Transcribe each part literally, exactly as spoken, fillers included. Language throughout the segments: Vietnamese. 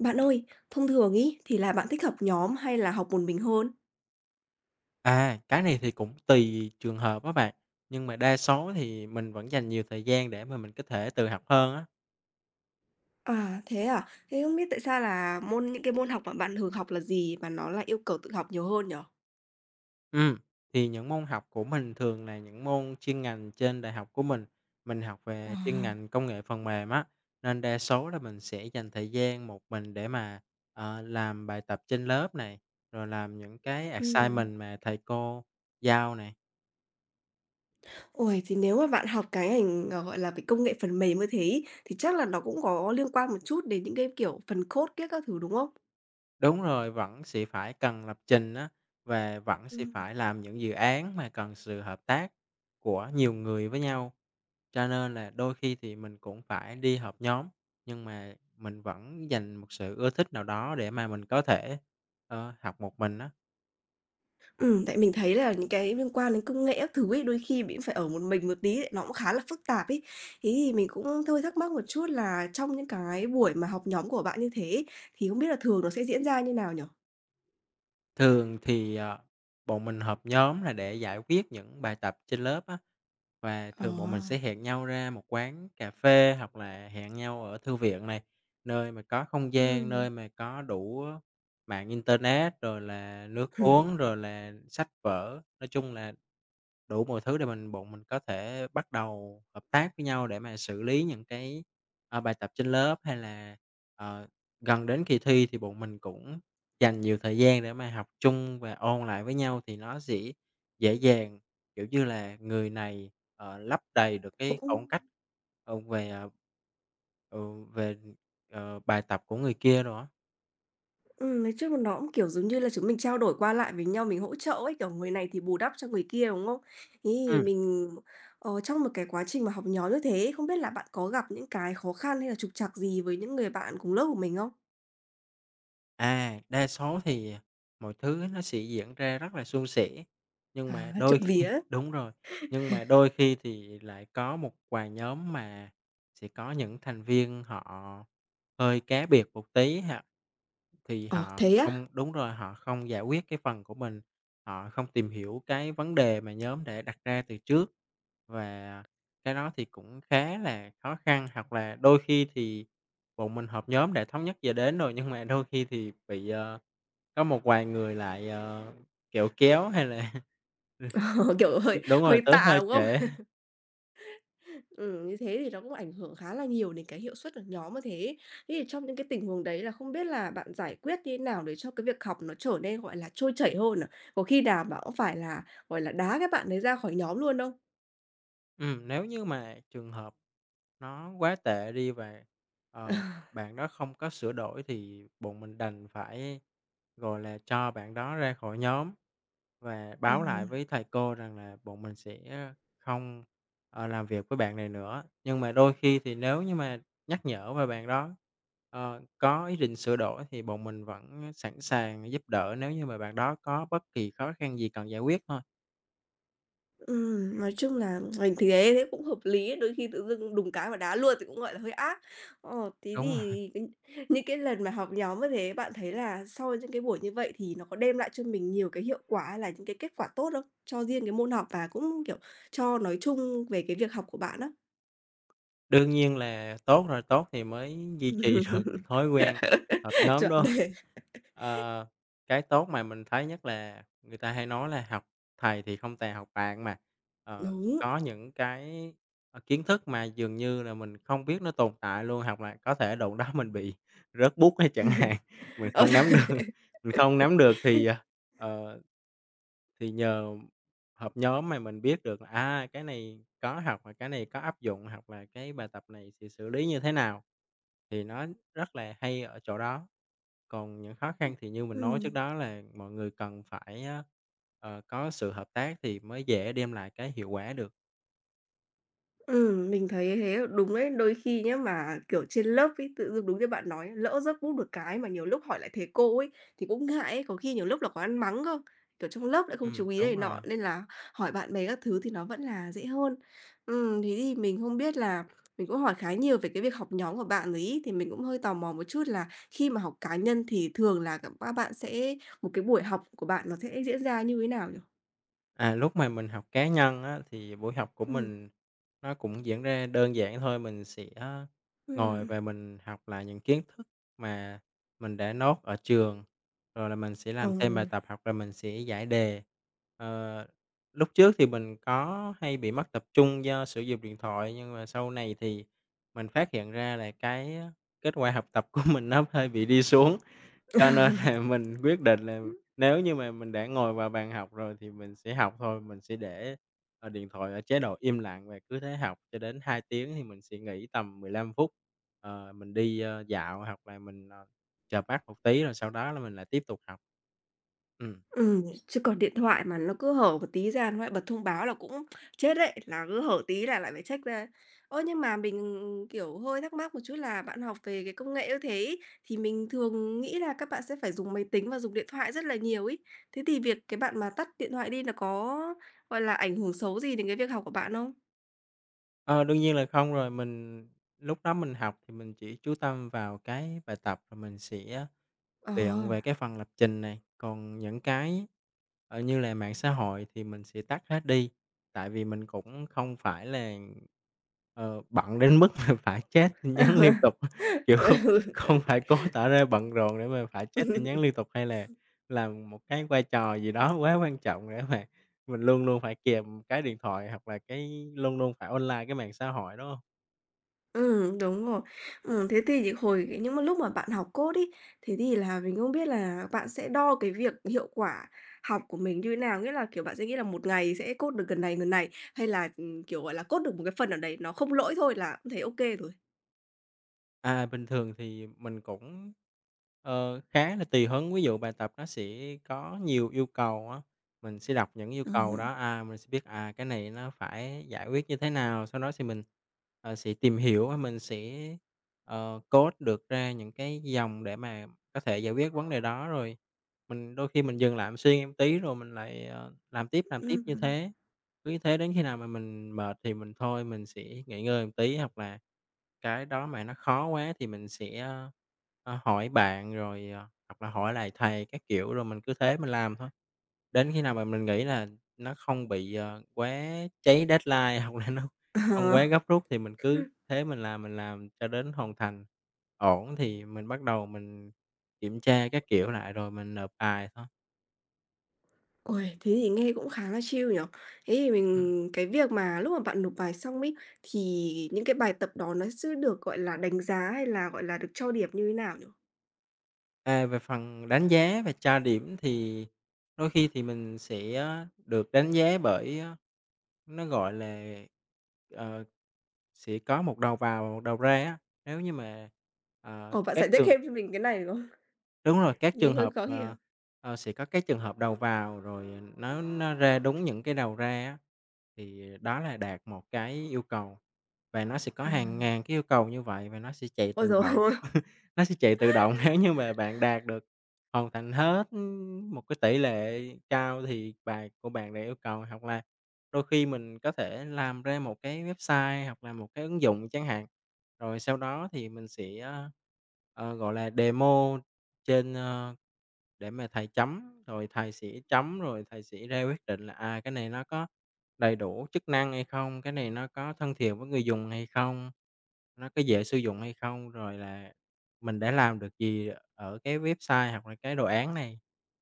Bạn ơi, thông thường ấy thì là bạn thích học nhóm hay là học một mình hơn? À, cái này thì cũng tùy trường hợp á bạn, nhưng mà đa số thì mình vẫn dành nhiều thời gian để mà mình có thể tự học hơn á. À, thế à? Thế không biết tại sao là môn những cái môn học mà bạn thường học là gì mà nó là yêu cầu tự học nhiều hơn nhở? Ừ thì những môn học của mình thường là những môn chuyên ngành trên đại học của mình, mình học Ờ, về chuyên ngành công nghệ phần mềm á, nên đa số là mình sẽ dành thời gian một mình để mà, ờ, làm bài tập trên lớp này, rồi làm những cái Ừm. assignment mà thầy cô giao này. Ôi, thì nếu mà bạn học cái ngành, ờ, gọi là, về công nghệ phần mềm như thế ấy, thì chắc là nó cũng có liên quan một chút đến những cái, kiểu, phần code kia các thứ, đúng không? Đúng rồi, vẫn sẽ phải cần lập trình á, và vẫn sẽ phải Ừm. làm những dự án mà cần sự hợp tác của nhiều người với nhau. Cho nên là đôi khi thì mình cũng phải đi họp nhóm, nhưng mà mình vẫn dành một sự ưa thích nào đó để mà mình có thể, ờ, học một mình á. Ừm, tại mình thấy là những cái liên quan đến công nghệ các thứ ấy, đôi khi mình phải ở một mình một tí ấy, nó cũng khá là phức tạp ấy. Thế thì mình cũng thôi thắc mắc một chút là trong những cái buổi mà học nhóm của bạn như thế ấy, thì không biết là thường nó sẽ diễn ra như nào nhỉ? Thường thì, ờ, bọn mình họp nhóm là để giải quyết những bài tập trên lớp á, và Ờ. thường bọn mình sẽ hẹn nhau ra một quán cà phê hoặc là hẹn nhau ở thư viện này, nơi mà có không gian, Ừm. nơi mà có đủ mạng internet, rồi là nước uống, rồi là sách vở, nói chung là đủ mọi thứ để mình bọn mình có thể bắt đầu hợp tác với nhau để mà xử lý những cái, ờ, bài tập trên lớp, hay là, ờ, gần đến kỳ thi thì bọn mình cũng dành nhiều thời gian để mà học chung và ôn lại với nhau thì nó sẽ dễ dàng, kiểu như là, người này, ờ, lấp đầy được cái Cũng khoảng cách, ờ, về, ờ ừ, về, ờ, bài tập của người kia đồ á. ừm, nói chung là nó cũng, kiểu, giống như là chúng mình trao đổi qua lại với nhau, mình hỗ trợ ấy, kiểu, người này thì bù đắp cho người kia, đúng không? Thế thì Ừm. mình, ờ, trong một cái quá trình mà học nhóm như thế, không biết là bạn có gặp những cái khó khăn hay là trục trặc gì với những người bạn cùng lớp của mình không? À, đa số thì, à, mọi thứ nó sẽ diễn ra rất là suôn sẻ, nhưng mà À, đôi trộm khi vía. đúng rồi, nhưng mà đôi khi thì lại có một vài nhóm mà sẽ có những thành viên họ hơi cá biệt một tí ha thì Ồ, họ thế á? không đúng rồi, họ không giải quyết cái phần của mình, họ không tìm hiểu cái vấn đề mà nhóm đã đặt ra từ trước. Và cái đó thì cũng khá là khó khăn, hoặc là đôi khi thì bọn mình họp nhóm đã thống nhất giờ đến rồi, nhưng mà đôi khi thì bị, ờ, có một vài người lại, ờ, kẹo kéo hay là kiểu, hơi đúng rồi, hơi tới tạ hơi đúng trễ. không? Ừm, như thế thì nó cũng ảnh hưởng khá là nhiều đến cái hiệu suất của nhóm như thế. Thế thì trong những cái tình huống đấy là không biết là bạn giải quyết như thế nào để cho cái việc học nó trở nên, gọi là, trôi chảy hơn à? Có khi nào bạn cũng phải là, gọi là, đá các bạn đấy ra khỏi nhóm luôn không? Ừm, nếu như mà trường hợp nó quá tệ đi và, ờ, bạn đó không có sửa đổi thì bọn mình đành phải, gọi là, cho bạn đó ra khỏi nhóm và Ờ, báo lại với thầy cô rằng là bọn mình sẽ không, ờ, làm việc với bạn này nữa. Nhưng mà đôi khi thì nếu như mà nhắc nhở và bạn đó, ờ, có ý định sửa đổi thì bọn mình vẫn sẵn sàng giúp đỡ nếu như mà bạn đó có bất kỳ khó khăn gì cần giải quyết thôi. Ừm, nói chung là mình thì thế thế cũng hợp lý ấy, đôi khi tự dưng đùng cái mà đá luôn thì cũng, gọi là, hơi ác. Ờ, thế Đúng rồi. thì cái những cái lần mà học nhóm như thế, bạn thấy là sau những cái buổi như vậy thì nó có đem lại cho mình nhiều cái hiệu quả hay là những cái kết quả tốt không? Cho riêng cái môn học và cũng, kiểu, cho nói chung về cái việc học của bạn á? Đương nhiên là tốt rồi, tốt thì mới duy trì được cái thói quen họp nhóm Chuẩn đó. đề. Ờ, cái tốt mà mình thấy nhất là người ta hay nói là học thầy thì không tè học bạn mà, ờ, Đúng. có những cái, ờ, kiến thức mà dường như là mình không biết nó tồn tại luôn, hoặc là có thể đụng đó mình bị rớt bút hay chẳng hạn, mình Ờ. không nắm được mình không nắm được thì, ờ, ờ thì nhờ họp nhóm mà mình biết được là, à, cái này có học và cái này có áp dụng, hoặc là cái bài tập này thì xử lý như thế nào, thì nó rất là hay ở chỗ đó. Còn những khó khăn thì như mình nói trước Ừm. đó là mọi người cần phải, ờ, có sự hợp tác thì mới dễ đem lại cái hiệu quả được. Ừm, mình thấy thế đúng đấy. Đôi khi nhá mà, kiểu, trên lớp ấy, tự dưng đúng như bạn nói, lỡ rớt bút được cái mà nhiều lúc hỏi lại thầy cô ấy, thì cũng ngại ấy, có khi nhiều lúc là có ăn mắng cơ, kiểu, trong lớp lại không Ừm, chú ý đúng này rồi. nọ, nên là hỏi bạn bè các thứ thì nó vẫn là dễ hơn. Ừm, thế thì mình không biết là mình cũng hỏi khá nhiều về cái việc học nhóm của bạn rồi ấy, thì mình cũng hơi tò mò một chút là khi mà học cá nhân thì thường là c các bạn sẽ một cái buổi học của bạn nó sẽ diễn ra như thế nào nhỉ? À, lúc mà mình học cá nhân á, thì buổi học của Ừm. mình nó cũng diễn ra đơn giản thôi, mình sẽ ngồi Ừm, và mình học lại những kiến thức mà mình đã nốt ở trường, rồi là mình sẽ làm thêm bài ừ. tập học là mình sẽ giải đề. Ờ, lúc trước thì mình có hay bị mất tập trung do sử dụng điện thoại, nhưng mà sau này thì mình phát hiện ra là cái kết quả học tập của mình nó hơi bị đi xuống, cho nên là mình quyết định là Ờ. nếu như mà mình đã ngồi vào bàn học rồi thì mình sẽ học thôi, mình sẽ để, ờ, điện thoại ở chế độ im lặng và cứ thế học cho đến hai tiếng thì mình sẽ nghỉ tầm mười lăm phút. Ờ, mình đi, ơ, dạo hoặc là mình, ờ, chợp mắt một tí rồi sau đó là mình lại tiếp tục học. Ừm, Ừm, chứ còn điện thoại mà nó cứ hở một tí ra nó lại bật thông báo là cũng chết đấy, là cứ hở tí là lại phải check ra. Ơ, nhưng mà mình, kiểu, hơi thắc mắc một chút là bạn học về cái công nghệ như thế ấy, thì mình thường nghĩ là các bạn sẽ phải dùng máy tính và dùng điện thoại rất là nhiều ý. Thế thì việc cái bạn mà tắt điện thoại đi là có, gọi là, ảnh hưởng xấu gì đến cái việc học của bạn không? ờ, đương nhiên là không rồi, mình lúc đó mình học thì mình chỉ chú tâm vào cái bài tập rồi mình sẽ Ờ. luyện về cái phần lập trình này, còn những cái, ờ, như là mạng xã hội thì mình sẽ tắt hết đi, tại vì mình cũng không phải là, ờ, bận đến mức mà phải chat tin nhắn liên tục, kiểu, ừ. không phải cố tỏ ra bận rộn để mà phải chat tin nhắn liên tục, hay là làm một cái vai trò gì đó quá quan trọng để mà mình luôn luôn phải kèm cái điện thoại, hoặc là cái luôn luôn phải online cái mạng xã hội, đó. ừ đúng rồi. Ừm, thế thì những hồi những mà lúc mà bạn học code ấy, thế thì là mình không biết là bạn sẽ đo cái việc hiệu quả học của mình như thế nào? Nghĩa là, kiểu, bạn sẽ nghĩ là một ngày sẽ code được gần này, gần này, hay là, ừm, kiểu, gọi là, code được một cái phần ở đấy nó không lỗi thôi là cũng thấy ok rồi? À, bình thường thì mình cũng, ờ, khá là tùy hứng, ví dụ bài tập nó sẽ có nhiều yêu cầu á, mình sẽ đọc những yêu cầu Ừm. đó, à, mình sẽ biết, à, cái này nó phải giải quyết như thế nào, sau đó thì mình, ờ, sẽ tìm hiểu và mình sẽ, ờ, code được ra những cái dòng để mà có thể giải quyết vấn đề đó, rồi mình đôi khi mình dừng lại mình suy nghĩ một tí rồi mình lại, ờ, làm tiếp, làm tiếp như Ừm. thế. Cứ như thế đến khi nào mà mình mệt thì mình thôi, mình sẽ nghỉ ngơi một tí hoặc là cái đó mà nó khó quá thì mình sẽ, ờ, hỏi bạn rồi, ờ, hoặc là hỏi lại thầy các kiểu, rồi mình cứ thế mình làm thôi. Đến khi nào mà mình nghĩ là nó không bị, ờ, quá cháy deadline hoặc là nó không Ờ. quá gấp rút thì mình cứ thế mình làm, mình làm cho đến hoàn thành. Ổn thì mình bắt đầu mình kiểm tra các kiểu lại rồi mình nộp bài thôi. Ôi, thế thì nghe cũng khá là chill nhở. Thế thì Ừm. mình cái việc mà lúc mà bạn nộp bài xong ấy, thì những cái bài tập đó nó sẽ được, gọi là, đánh giá hay là, gọi là, được cho điểm như thế nào nhỉ? À, về phần đánh giá và tra điểm thì đôi khi thì mình sẽ ờ, được đánh giá bởi, ờ, nó, gọi là, ờ, sẽ có một đầu vào và một đầu ra á. Nếu như mà, ờ, Ồ, bạn các giải thích trường thêm cho mình cái này được không? đúng rồi, các Nghe trường hơi hợp, khó ờ, hiểu. ờ, sẽ có các trường hợp đầu vào rồi nó nó ra đúng những cái đầu ra á, thì đó là đạt một cái yêu cầu. Và nó sẽ có hàng Ừm, ngàn cái yêu cầu như vậy và nó sẽ chạy ôi tự giời động, ơi! nó sẽ chạy tự động nếu như mà bạn đạt được hoàn thành hết, một cái tỷ lệ cao thì bài của bạn đã yêu cầu. Hoặc là đôi khi mình có thể làm ra một cái website hoặc là một cái ứng dụng chẳng hạn, rồi sau đó thì mình sẽ, ờ, ờ, gọi là, demo trên, ơ để mà thầy chấm, rồi thạc sĩ chấm, rồi thạc sĩ ra quyết định là, à, cái này nó có đầy đủ chức năng hay không, cái này nó có thân thiện với người dùng hay không, nó có dễ sử dụng hay không, rồi là mình đã làm được gì ở cái website hoặc là cái đồ án này.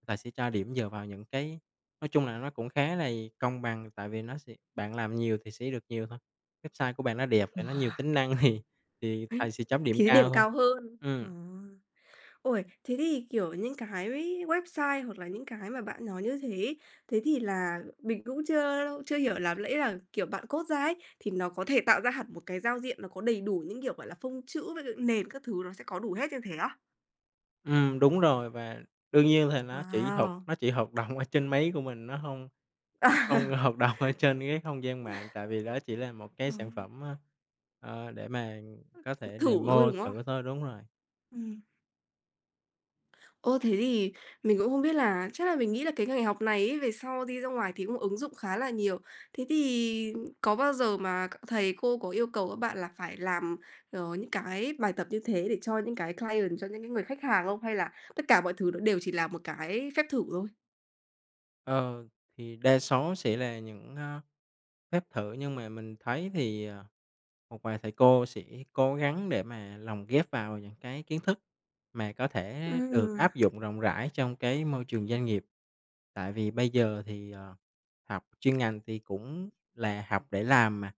Thầy sẽ cho điểm dựa vào những cái nói chung là nó cũng khá là công bằng, tại vì nó sẽ bạn làm nhiều thì sẽ được nhiều thôi. Website của bạn nó đẹp và nó nhiều Wow! tính năng thì thì thầy sẽ chấm điểm Thì điểm cao thôi. cao hơn. Ờ. Ừ. Ôi, thế thì, kiểu, những cái website hoặc là những cái mà bạn nói như thế ấy, thế thì là mình cũng chưa chưa hiểu lắm, lẽ là, kiểu, bạn code ra ấy, thì nó có thể tạo ra hẳn một cái giao diện nó có đầy đủ những, kiểu, gọi là, phông chữ với lại nền các thứ nó sẽ có đủ hết như thế á? Ừm, đúng rồi, và đương nhiên là nó chỉ hoạt Wow! nó chỉ hoạt động ở trên máy của mình, nó hông Ờ, nó không hoạt động ở trên cái không gian mạng, tại vì đó chỉ là một cái sản phẩm, ơ, ờ, để mà có thể thử thôi, demo đúng không? thử thôi, đúng rồi. Ừm. Ô, thế thì mình cũng không biết là chắc là mình nghĩ là cái ngành học này ấy, về sau đi ra ngoài thì cũng ứng dụng khá là nhiều. Thế thì có bao giờ mà các thầy cô có yêu cầu các bạn là phải làm, ờ, những cái bài tập như thế để cho những cái client, cho những cái người khách hàng không? Hay là tất cả mọi thứ nó đều chỉ là một cái phép thử thôi? Ờ, thì đa số sẽ là những, a, phép thử nhưng mà mình thấy thì, ờ, một vài thầy cô sẽ cố gắng để mà lồng ghép vào những cái kiến thức mà có thể được Ừm. áp dụng rộng rãi trong cái môi trường doanh nghiệp. Tại vì bây giờ thì, ờ, học chuyên ngành thì cũng là học để làm mà,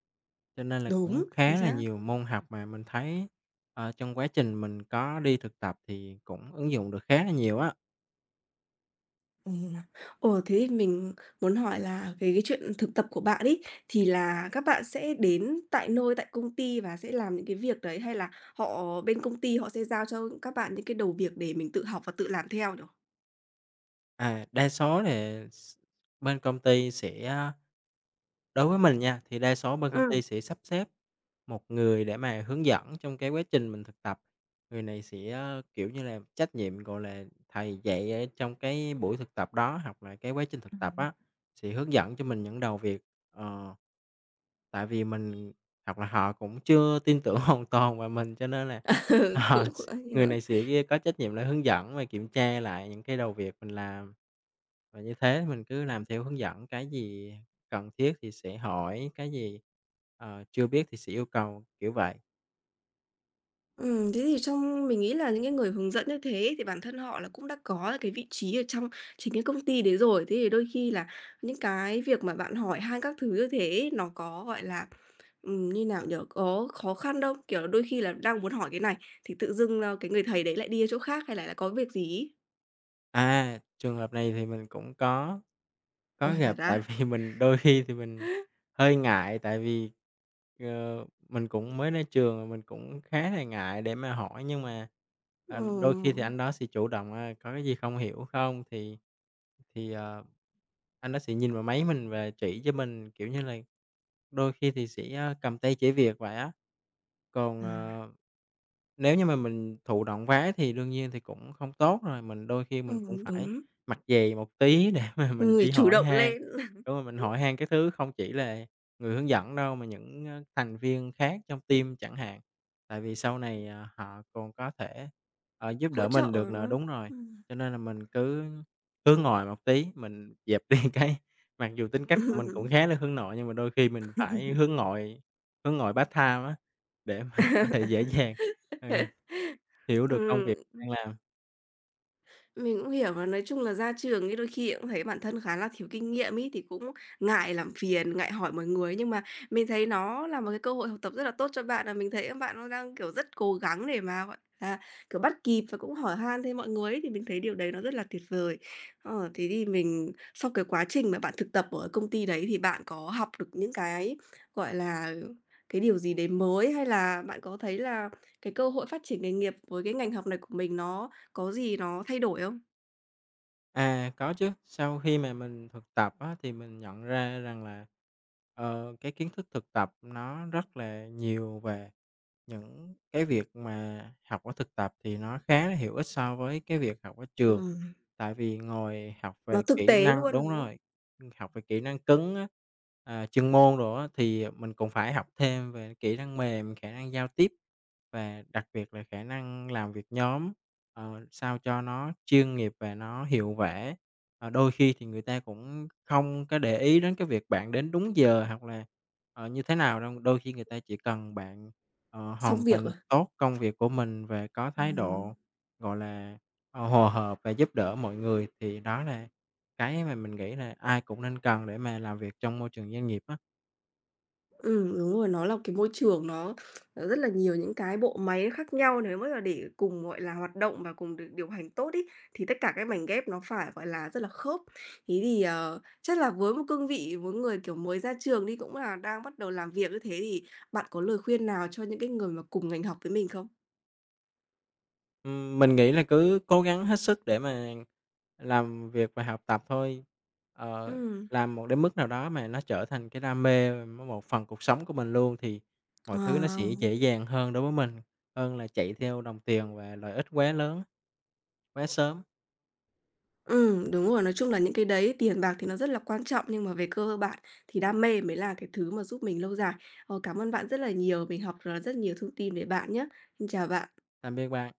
cho nên là cũng Đúng, chính khá là xác. nhiều môn học mà mình thấy, ờ, trong quá trình mình có đi thực tập thì cũng ứng dụng được khá là nhiều á. Ừm. Ồ, thế thì mình muốn hỏi là về cái chuyện thực tập của bạn ấy, thì là các bạn sẽ đến tại nơi, tại công ty và sẽ làm những cái việc đấy, hay là họ bên công ty họ sẽ giao cho các bạn những cái đầu việc để mình tự học và tự làm theo nhỉ? À, đa số thì s bên công ty sẽ Đối với mình nha, thì đa số bên công ty sẽ sắp xếp một người để mà hướng dẫn trong cái quá trình mình thực tập. Người này sẽ, ờ, kiểu như là, trách nhiệm, gọi là, thầy dạy ở trong cái buổi thực tập đó, hoặc là cái quá trình thực tập á, sẽ hướng dẫn cho mình những đầu việc. Ờ. Tại vì mình Hoặc là họ cũng chưa tin tưởng hoàn toàn vào mình, cho nên là, Ừ, ờ, cũng s cũng ấy người nữa. này sĩ kia có trách nhiệm là hướng dẫn và kiểm tra lại những cái đầu việc mình làm. Và như thế mình cứ làm theo hướng dẫn, cái gì cần thiết thì sẽ hỏi, cái gì, ờ, chưa biết thì sẽ yêu cầu, kiểu vậy. Ừm, thế thì trong mình nghĩ là những cái người hướng dẫn như thế thì bản thân họ là cũng đã có cái vị trí ở trong chính cái công ty đấy rồi. Thế thì đôi khi là những cái việc mà bạn hỏi han các thứ như thế nó có, gọi là, Ừm, như nào nhỉ? Có khó khăn đâu. Kiểu là, đôi khi là đang muốn hỏi cái này thì tự dưng, ơ, cái người thầy đấy lại đi chỗ khác hay là lại có việc gì ấy? À, trường hợp này thì mình cũng có có Ôi, gặp, thật tại á? vì mình đôi khi thì mình hơi ngại, tại vì, ờ, mình cũng mới ra trường rồi mình cũng khá là ngại để mà hỏi, nhưng mà, Ờ. ờ, đôi khi thì anh đó sẽ chủ động, à, "Có cái gì không hiểu không?" Thì thì, ờ, anh đó sẽ nhìn vào máy mình và chỉ cho mình, kiểu như là đôi khi thì sẽ, a, cầm tay chỉ việc vậy á. Còn, À. ờ, nếu như mà mình thụ động quá thì đương nhiên thì cũng không tốt rồi, mình đôi khi mình cũng Ừm, phải đúng. mặt dày một tí để mà mình Người đi chủ hỏi động han. lên, Đúng rồi, mình hỏi han cái thứ không chỉ là người hướng dẫn đâu mà những, ơ, thành viên khác trong team chẳng hạn, tại vì sau này, à, họ còn có thể, ờ, giúp hỗ đỡ trợ, mình được đúng nữa không? đúng rồi, Ừm. cho nên là mình cứ hướng ngoại một tí, mình dẹp đi cái mặc dù tính cách của mình cũng khá là hướng nội nhưng mà đôi khi mình phải hướng ngoại hướng ngoại part-time á, để mà có thể dễ dàng, ừm, hiểu được công Ừm. việc đang làm. Mình cũng hiểu và nói chung là ra trường ấy đôi khi cũng thấy bản thân khá là thiếu kinh nghiệm ấy, thì cũng ngại làm phiền, ngại hỏi mọi người. Nhưng mà mình thấy nó là một cái cơ hội học tập rất là tốt cho bạn, là mình thấy bạn nó đang, kiểu, rất cố gắng để mà, gọi là, kiểu, bắt kịp và cũng hỏi han thêm mọi người ấy, thì mình thấy điều đấy nó rất là tuyệt vời. Ờ, thế thì mình sau cái quá trình mà bạn thực tập ở công ty đấy thì bạn có học được những cái, gọi là, cái điều gì đấy mới, hay là bạn có thấy là cái cơ hội phát triển nghề nghiệp với cái ngành học này của mình nó có gì nó thay đổi không? À, có chứ, sau khi mà mình thực tập á, thì mình nhận ra rằng là, ờ, cái kiến thức thực tập nó rất là nhiều về những cái việc mà học ở thực tập thì nó khá là hữu ích so với cái việc học ở trường, Ừm, tại vì ngồi học nó về thực kỹ tế năng luôn, đúng đúng không? rồi. Học về kỹ năng cứng á, à, chuyên môn đồ á, thì mình cũng phải học thêm về kỹ năng mềm, khả năng giao tiếp và đặc biệt là khả năng làm việc nhóm, ờ, sao cho nó chuyên nghiệp và nó hiệu quả. Ờ, đôi khi thì người ta cũng không có để ý đến cái việc bạn đến đúng giờ hoặc là, ờ, như thế nào đâu, đôi khi người ta chỉ cần bạn, ờ, hoàn Xong việc thành à? tốt công việc của mình và có thái độ, Ừm, gọi là, ờ, hòa hợp và giúp đỡ mọi người thì đó là cái mà mình nghĩ là ai cũng nên cần để mà làm việc trong môi trường doanh nghiệp á. ừm, đúng rồi, nó là cái môi trường nó nó rất là nhiều những cái bộ máy khác nhau nếu mà là để cùng, gọi là, hoạt động và cùng được điều hành tốt ấy, thì tất cả các mảnh ghép nó phải, gọi là, rất là khớp. Thế thì, ờ, chắc là với một cương vị, với người, kiểu, mới ra trường đi, cũng là đang bắt đầu làm việc như thế thì bạn có lời khuyên nào cho những cái người mà cùng ngành học với mình không? Ừm, mình nghĩ là cứ cố gắng hết sức để mà làm việc và học tập thôi. Ờ, Ừm. làm một đến mức nào đó mà nó trở thành cái đam mê, m một phần cuộc sống của mình luôn thì mọi Ờ. thứ nó sẽ dễ dàng hơn đối với mình, hơn là chạy theo đồng tiền và lợi ích quá lớn, quá sớm. Ừm, đúng rồi, nói chung là những cái đấy tiền bạc thì nó rất là quan trọng, nhưng mà về cơ bản thì đam mê mới là cái thứ mà giúp mình lâu dài. Ờ, cảm ơn bạn rất là nhiều, mình học được rất nhiều thông tin về bạn nhé. Xin chào bạn. Tạm biệt bạn.